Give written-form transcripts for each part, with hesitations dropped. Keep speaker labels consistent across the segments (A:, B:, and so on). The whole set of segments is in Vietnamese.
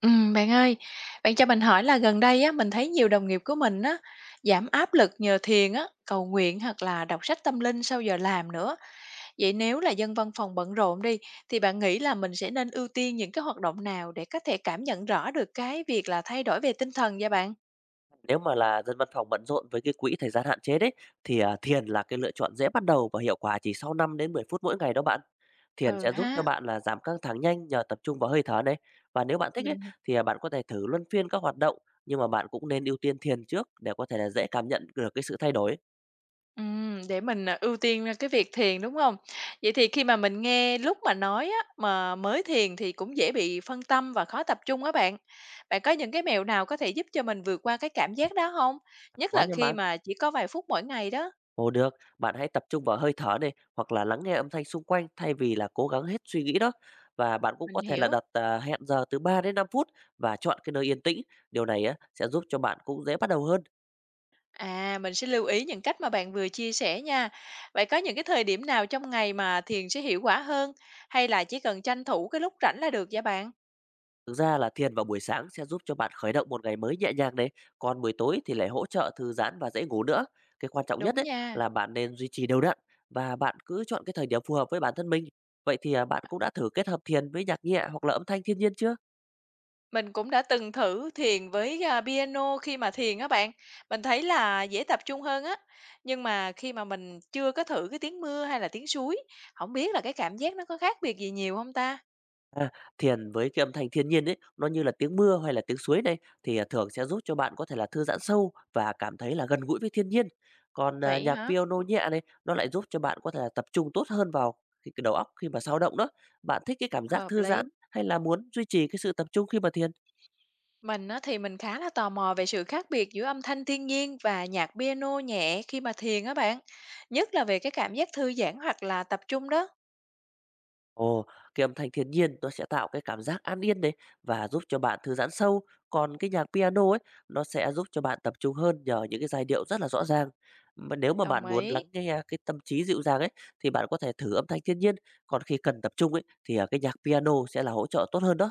A: Bạn ơi, bạn cho mình hỏi là gần đây á, mình thấy nhiều đồng nghiệp của mình á, giảm áp lực nhờ thiền á, cầu nguyện hoặc là đọc sách tâm linh sau giờ làm nữa. Vậy nếu là dân văn phòng bận rộn đi, thì bạn nghĩ là mình sẽ nên ưu tiên những cái hoạt động nào để có thể cảm nhận rõ được cái việc là thay đổi về tinh thần vậy bạn?
B: Nếu mà là dân văn phòng bận rộn với cái quỹ thời gian hạn chế đấy thì, à, thiền là cái lựa chọn dễ bắt đầu và hiệu quả chỉ sau 5 đến 10 phút mỗi ngày đó bạn. Thiền
A: Ừ
B: sẽ giúp cho
A: ha.
B: bạn là giảm căng thẳng nhanh nhờ tập trung vào hơi thở này. Và nếu bạn thích ấy
A: mình
B: thì, à, bạn có thể thử luân phiên các hoạt động, nhưng mà bạn cũng nên ưu tiên thiền trước để có thể là dễ cảm nhận được cái sự thay đổi.
A: Ừm, để mình ưu tiên cái việc thiền, đúng không? Vậy thì khi mà mình nghe lúc mà nói á, mà mới thiền thì cũng dễ bị phân tâm và khó tập trung á bạn. Bạn có những cái mẹo nào có thể giúp cho mình vượt qua cái cảm giác đó không? Nhất
B: Có
A: là
B: nha
A: khi
B: bạn.
A: mà chỉ có vài phút mỗi ngày đó.
B: Ồ được, bạn hãy tập trung vào hơi thở này hoặc là lắng nghe âm thanh xung quanh thay vì là cố gắng hết suy nghĩ đó. Và bạn cũng
A: Mình
B: có thể là
A: hiểu.
B: đặt à, hẹn giờ từ 3 đến 5 phút và chọn cái nơi yên tĩnh. Điều này á, sẽ giúp cho bạn cũng dễ bắt đầu hơn.
A: À, mình sẽ lưu ý những cách mà bạn vừa chia sẻ nha. Vậy có những cái thời điểm nào trong ngày mà thiền sẽ hiệu quả hơn, hay là chỉ cần tranh thủ cái lúc rảnh là được vậy bạn?
B: Thực ra là thiền vào buổi sáng sẽ giúp cho bạn khởi động một ngày mới nhẹ nhàng đấy. Còn buổi tối thì lại hỗ trợ thư giãn và dễ ngủ nữa. Cái quan trọng nhất
A: Đúng
B: ấy
A: nha.
B: là bạn nên duy trì đều đặn và bạn cứ chọn cái thời điểm phù hợp với bản thân mình. Vậy thì à, bạn cũng đã thử kết hợp thiền với nhạc nhẹ hoặc là âm thanh thiên nhiên chưa?
A: Mình cũng đã từng thử thiền với piano khi mà thiền á bạn, mình thấy là dễ tập trung hơn á. Nhưng mà khi mà mình chưa có thử cái tiếng mưa hay là tiếng suối, không biết là cái cảm giác nó có khác biệt gì nhiều không ta?
B: À, thiền với cái âm thanh thiên nhiên ấy, nó như là tiếng mưa hay là tiếng suối đây thì, à, thường sẽ giúp cho bạn có thể là thư giãn sâu và cảm thấy là gần gũi với thiên nhiên. Còn, à,
A: Vậy
B: nhạc
A: hả?
B: piano nhẹ này, nó lại giúp cho bạn có thể là tập trung tốt hơn vào cái đầu óc khi mà sao động đó. Bạn thích cái cảm giác
A: Hợp
B: thư
A: lý.
B: giãn hay là muốn duy trì cái sự tập trung khi mà thiền?
A: Mình á thì mình khá là tò mò về sự khác biệt giữa âm thanh thiên nhiên và nhạc piano nhẹ khi mà thiền á bạn, nhất là về cái cảm giác thư giãn hoặc là tập trung đó.
B: Ồ, cái âm thanh thiên nhiên nó sẽ tạo cái cảm giác an yên đấy và giúp cho bạn thư giãn sâu. Còn cái nhạc piano ấy, nó sẽ giúp cho bạn tập trung hơn nhờ những cái giai điệu rất là rõ ràng. Mà nếu mà
A: Đồng
B: bạn muốn
A: ý.
B: lắng nghe cái tâm trí dịu dàng ấy, thì bạn có thể thử âm thanh thiên nhiên. Còn khi cần tập trung ấy, thì à, cái nhạc piano sẽ là hỗ trợ tốt hơn đó.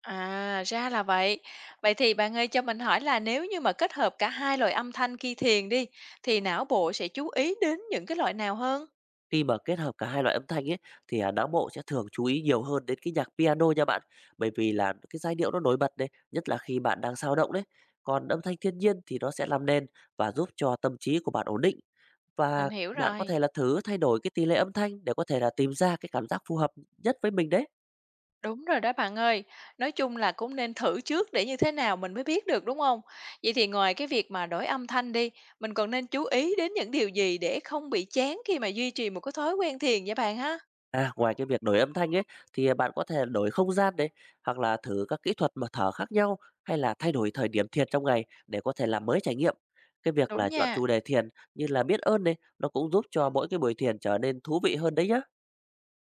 A: À, ra là vậy. Vậy thì bạn ơi, cho mình hỏi là nếu như mà kết hợp cả hai loại âm thanh khi thiền đi, thì não bộ sẽ chú ý đến những cái loại nào hơn?
B: Khi mà kết hợp cả hai loại âm thanh ấy, thì, à, não bộ sẽ thường chú ý nhiều hơn đến cái nhạc piano nha bạn, bởi vì là cái giai điệu nó nổi bật đấy, nhất là khi bạn đang sao động đấy. Còn âm thanh thiên nhiên thì nó sẽ làm nền và giúp cho tâm trí của bạn ổn định, và
A: Mình hiểu
B: bạn có
A: rồi.
B: thể là thử thay đổi cái tỷ lệ âm thanh để có thể là tìm ra cái cảm giác phù hợp nhất với mình đấy.
A: Đúng rồi đó bạn ơi. Nói chung là cũng nên thử trước để như thế nào mình mới biết được, đúng không? Vậy thì ngoài cái việc mà đổi âm thanh đi, mình còn nên chú ý đến những điều gì để không bị chán khi mà duy trì một cái thói quen thiền vậy bạn ha?
B: À, ngoài cái việc đổi âm thanh ấy, thì, à, bạn có thể đổi không gian đấy hoặc là thử các kỹ thuật mà thở khác nhau, hay là thay đổi thời điểm thiền trong ngày để có thể làm mới trải nghiệm. Cái việc là
A: Đúng
B: chọn chủ
A: nha.
B: đề thiền như là biết ơn này, nó cũng giúp cho mỗi cái buổi thiền trở nên thú vị hơn đấy nhá.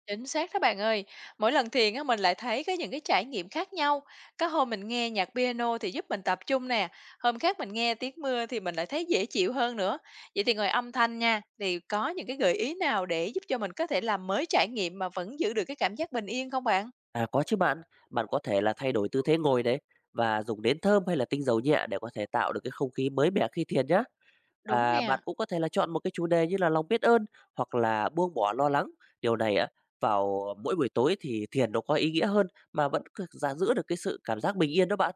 A: Chính xác đó bạn ơi. Mỗi lần thiền á, mình lại thấy những cái trải nghiệm khác nhau. Có hôm mình nghe nhạc piano thì giúp mình tập trung nè, hôm khác mình nghe tiếng mưa thì mình lại thấy dễ chịu hơn nữa. Vậy thì ngoài âm thanh nha, thì có những cái gợi ý nào để giúp cho mình có thể làm mới trải nghiệm mà vẫn giữ được cái cảm giác bình yên không bạn?
B: À, có chứ bạn, bạn có thể là thay đổi tư thế ngồi đấy và dùng nến thơm hay là tinh dầu nhẹ để có thể tạo được cái không khí mới mẻ khi thiền nhá.
A: Đúng
B: Và bạn
A: nè.
B: cũng có thể là chọn một cái chủ đề như là lòng biết ơn hoặc là buông bỏ lo lắng. Điều này á, vào mỗi buổi tối thì thiền nó có ý nghĩa hơn mà vẫn c- giả giữ được cái sự cảm giác bình yên đó bạn.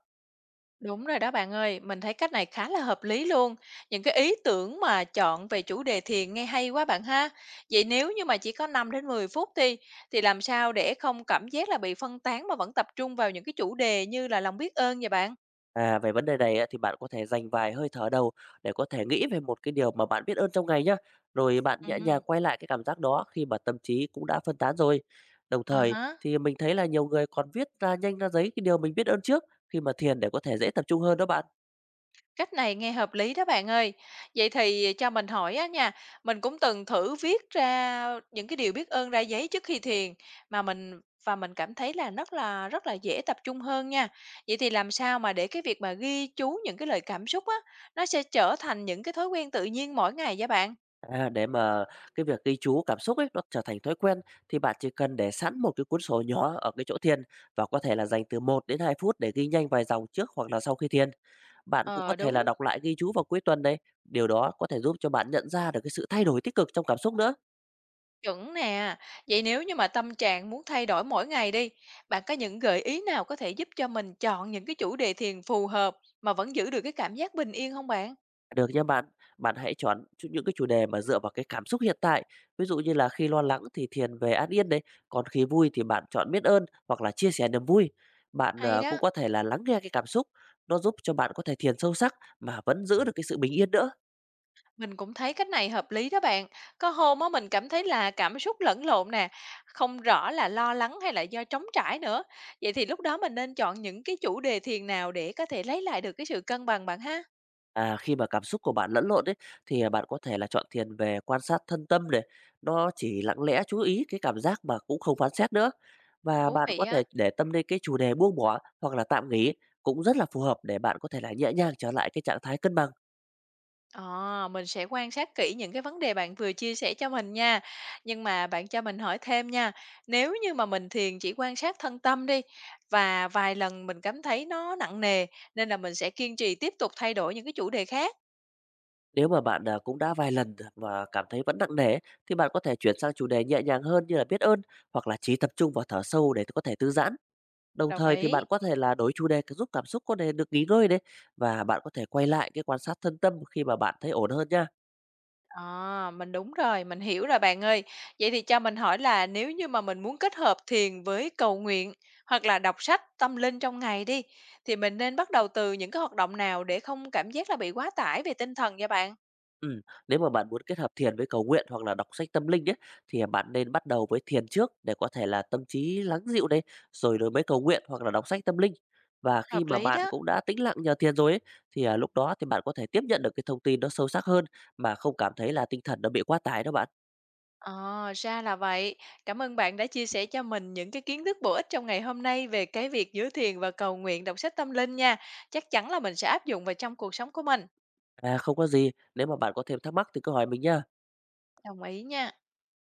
A: Đúng rồi đó bạn ơi, mình thấy cách này khá là hợp lý luôn. Những cái ý tưởng mà chọn về chủ đề thiền nghe hay quá bạn ha. Vậy nếu như mà chỉ có 5 đến 10 phút thì làm sao để không cảm giác là bị phân tán mà vẫn tập trung vào những cái chủ đề như là lòng biết ơn vậy bạn?
B: À, về vấn đề này á, thì bạn có thể dành vài hơi thở đầu để có thể nghĩ về một cái điều mà bạn biết ơn trong ngày nhá. Rồi bạn nhẹ nhàng
A: Ừ.
B: quay lại cái cảm giác đó khi mà tâm trí cũng đã phân tán rồi. Đồng thời
A: À,
B: thì mình thấy là nhiều người còn viết ra nhanh ra giấy cái điều mình biết ơn trước khi mà thiền để có thể dễ tập trung hơn đó bạn.
A: cách này nghe hợp lý đó bạn ơi. Vậy thì cho mình hỏi á nha, mình cũng từng thử viết ra những cái điều biết ơn ra giấy trước khi thiền mà mình cảm thấy là rất là rất là dễ tập trung hơn nha. Vậy thì làm sao mà để cái việc mà ghi chú những cái lời cảm xúc á, nó sẽ trở thành những cái thói quen tự nhiên mỗi ngày vậy bạn?
B: À, để mà cái việc ghi chú cảm xúc ấy nó trở thành thói quen thì bạn chỉ cần để sẵn một cái cuốn sổ nhỏ ở cái chỗ thiền và có thể là dành từ 1 đến 2 phút để ghi nhanh vài dòng trước hoặc là sau khi thiền. Bạn cũng có
A: Ờ
B: thể là
A: đúng,
B: đọc lại ghi chú vào cuối tuần đấy. Điều đó có thể giúp cho bạn nhận ra được cái sự thay đổi tích cực trong cảm xúc nữa.
A: chuẩn nè. Vậy nếu như mà tâm trạng muốn thay đổi mỗi ngày đi, bạn có những gợi ý nào có thể giúp cho mình chọn những cái chủ đề thiền phù hợp mà vẫn giữ được cái cảm giác bình yên không bạn?
B: Được nha bạn, bạn hãy chọn những cái chủ đề mà dựa vào cái cảm xúc hiện tại. Ví dụ như là khi lo lắng thì thiền về an yên đấy, còn khi vui thì bạn chọn biết ơn hoặc là chia sẻ niềm vui. Bạn
A: Hay
B: ờ, cũng
A: đó,
B: có thể là lắng nghe cái cảm xúc, nó giúp cho bạn có thể thiền sâu sắc mà vẫn giữ được cái sự bình yên nữa.
A: mình cũng thấy cách này hợp lý đó bạn. Có hôm á, mình cảm thấy là cảm xúc lẫn lộn nè, không rõ là lo lắng hay là do trống trải nữa. Vậy thì lúc đó mình nên chọn những cái chủ đề thiền nào để có thể lấy lại được cái sự cân bằng bạn ha?
B: À, khi mà cảm xúc của bạn lẫn lộn ấy, thì, à, bạn có thể là chọn thiền về quan sát thân tâm này, nó chỉ lặng lẽ chú ý cái cảm giác mà cũng không phán xét nữa. Và
A: Thú
B: bạn có
A: vị
B: thể
A: á.
B: để tâm đến cái chủ đề buông bỏ hoặc là tạm nghỉ, cũng rất là phù hợp để bạn có thể là nhẹ nhàng trở lại cái trạng thái cân bằng.
A: Ờ, mình sẽ quan sát kỹ những cái vấn đề bạn vừa chia sẻ cho mình nha. Nhưng mà bạn cho mình hỏi thêm nha. Nếu như mà mình thiền chỉ quan sát thân tâm đi và vài lần mình cảm thấy nó nặng nề, nên là mình sẽ kiên trì tiếp tục thay đổi những cái chủ đề khác.
B: Nếu mà bạn, à, cũng đã vài lần mà cảm thấy vẫn nặng nề ấy, thì bạn có thể chuyển sang chủ đề nhẹ nhàng hơn như là biết ơn, hoặc là chỉ tập trung vào thở sâu để có thể thư giãn. Đồng
A: Đồng
B: thời thì
A: ý.
B: bạn có thể là đổi chủ đề giúp cảm xúc có thể được nghỉ ngơi đấy và bạn có thể quay lại cái quan sát thân tâm khi mà bạn thấy ổn hơn nhá.
A: À, mình đúng rồi, mình hiểu rồi bạn ơi. Vậy thì cho mình hỏi là nếu như mà mình muốn kết hợp thiền với cầu nguyện hoặc là đọc sách tâm linh trong ngày đi, thì mình nên bắt đầu từ những cái hoạt động nào để không cảm giác là bị quá tải về tinh thần nha bạn?
B: Ừm, Nếu mà bạn muốn kết hợp thiền với cầu nguyện hoặc là đọc sách tâm linh ấy, thì bạn nên bắt đầu với thiền trước để có thể là tâm trí lắng dịu này, rồi rồi mới cầu nguyện hoặc là đọc sách tâm linh. Và khi
A: Hợp
B: mà
A: lý
B: bạn
A: đó.
B: cũng đã tĩnh lặng nhờ thiền rồi ấy, thì, à, lúc đó thì bạn có thể tiếp nhận được cái thông tin nó sâu sắc hơn mà không cảm thấy là tinh thần nó bị quá tải đó bạn.
A: Ờ, ra là vậy. Cảm ơn bạn đã chia sẻ cho mình những cái kiến thức bổ ích trong ngày hôm nay về cái việc giữa thiền và cầu nguyện, đọc sách tâm linh nha. Chắc chắn là mình sẽ áp dụng vào trong cuộc sống của mình.
B: À, không có gì, nếu mà bạn có thêm thắc mắc thì cứ hỏi mình nhá.
A: Đồng ý nha.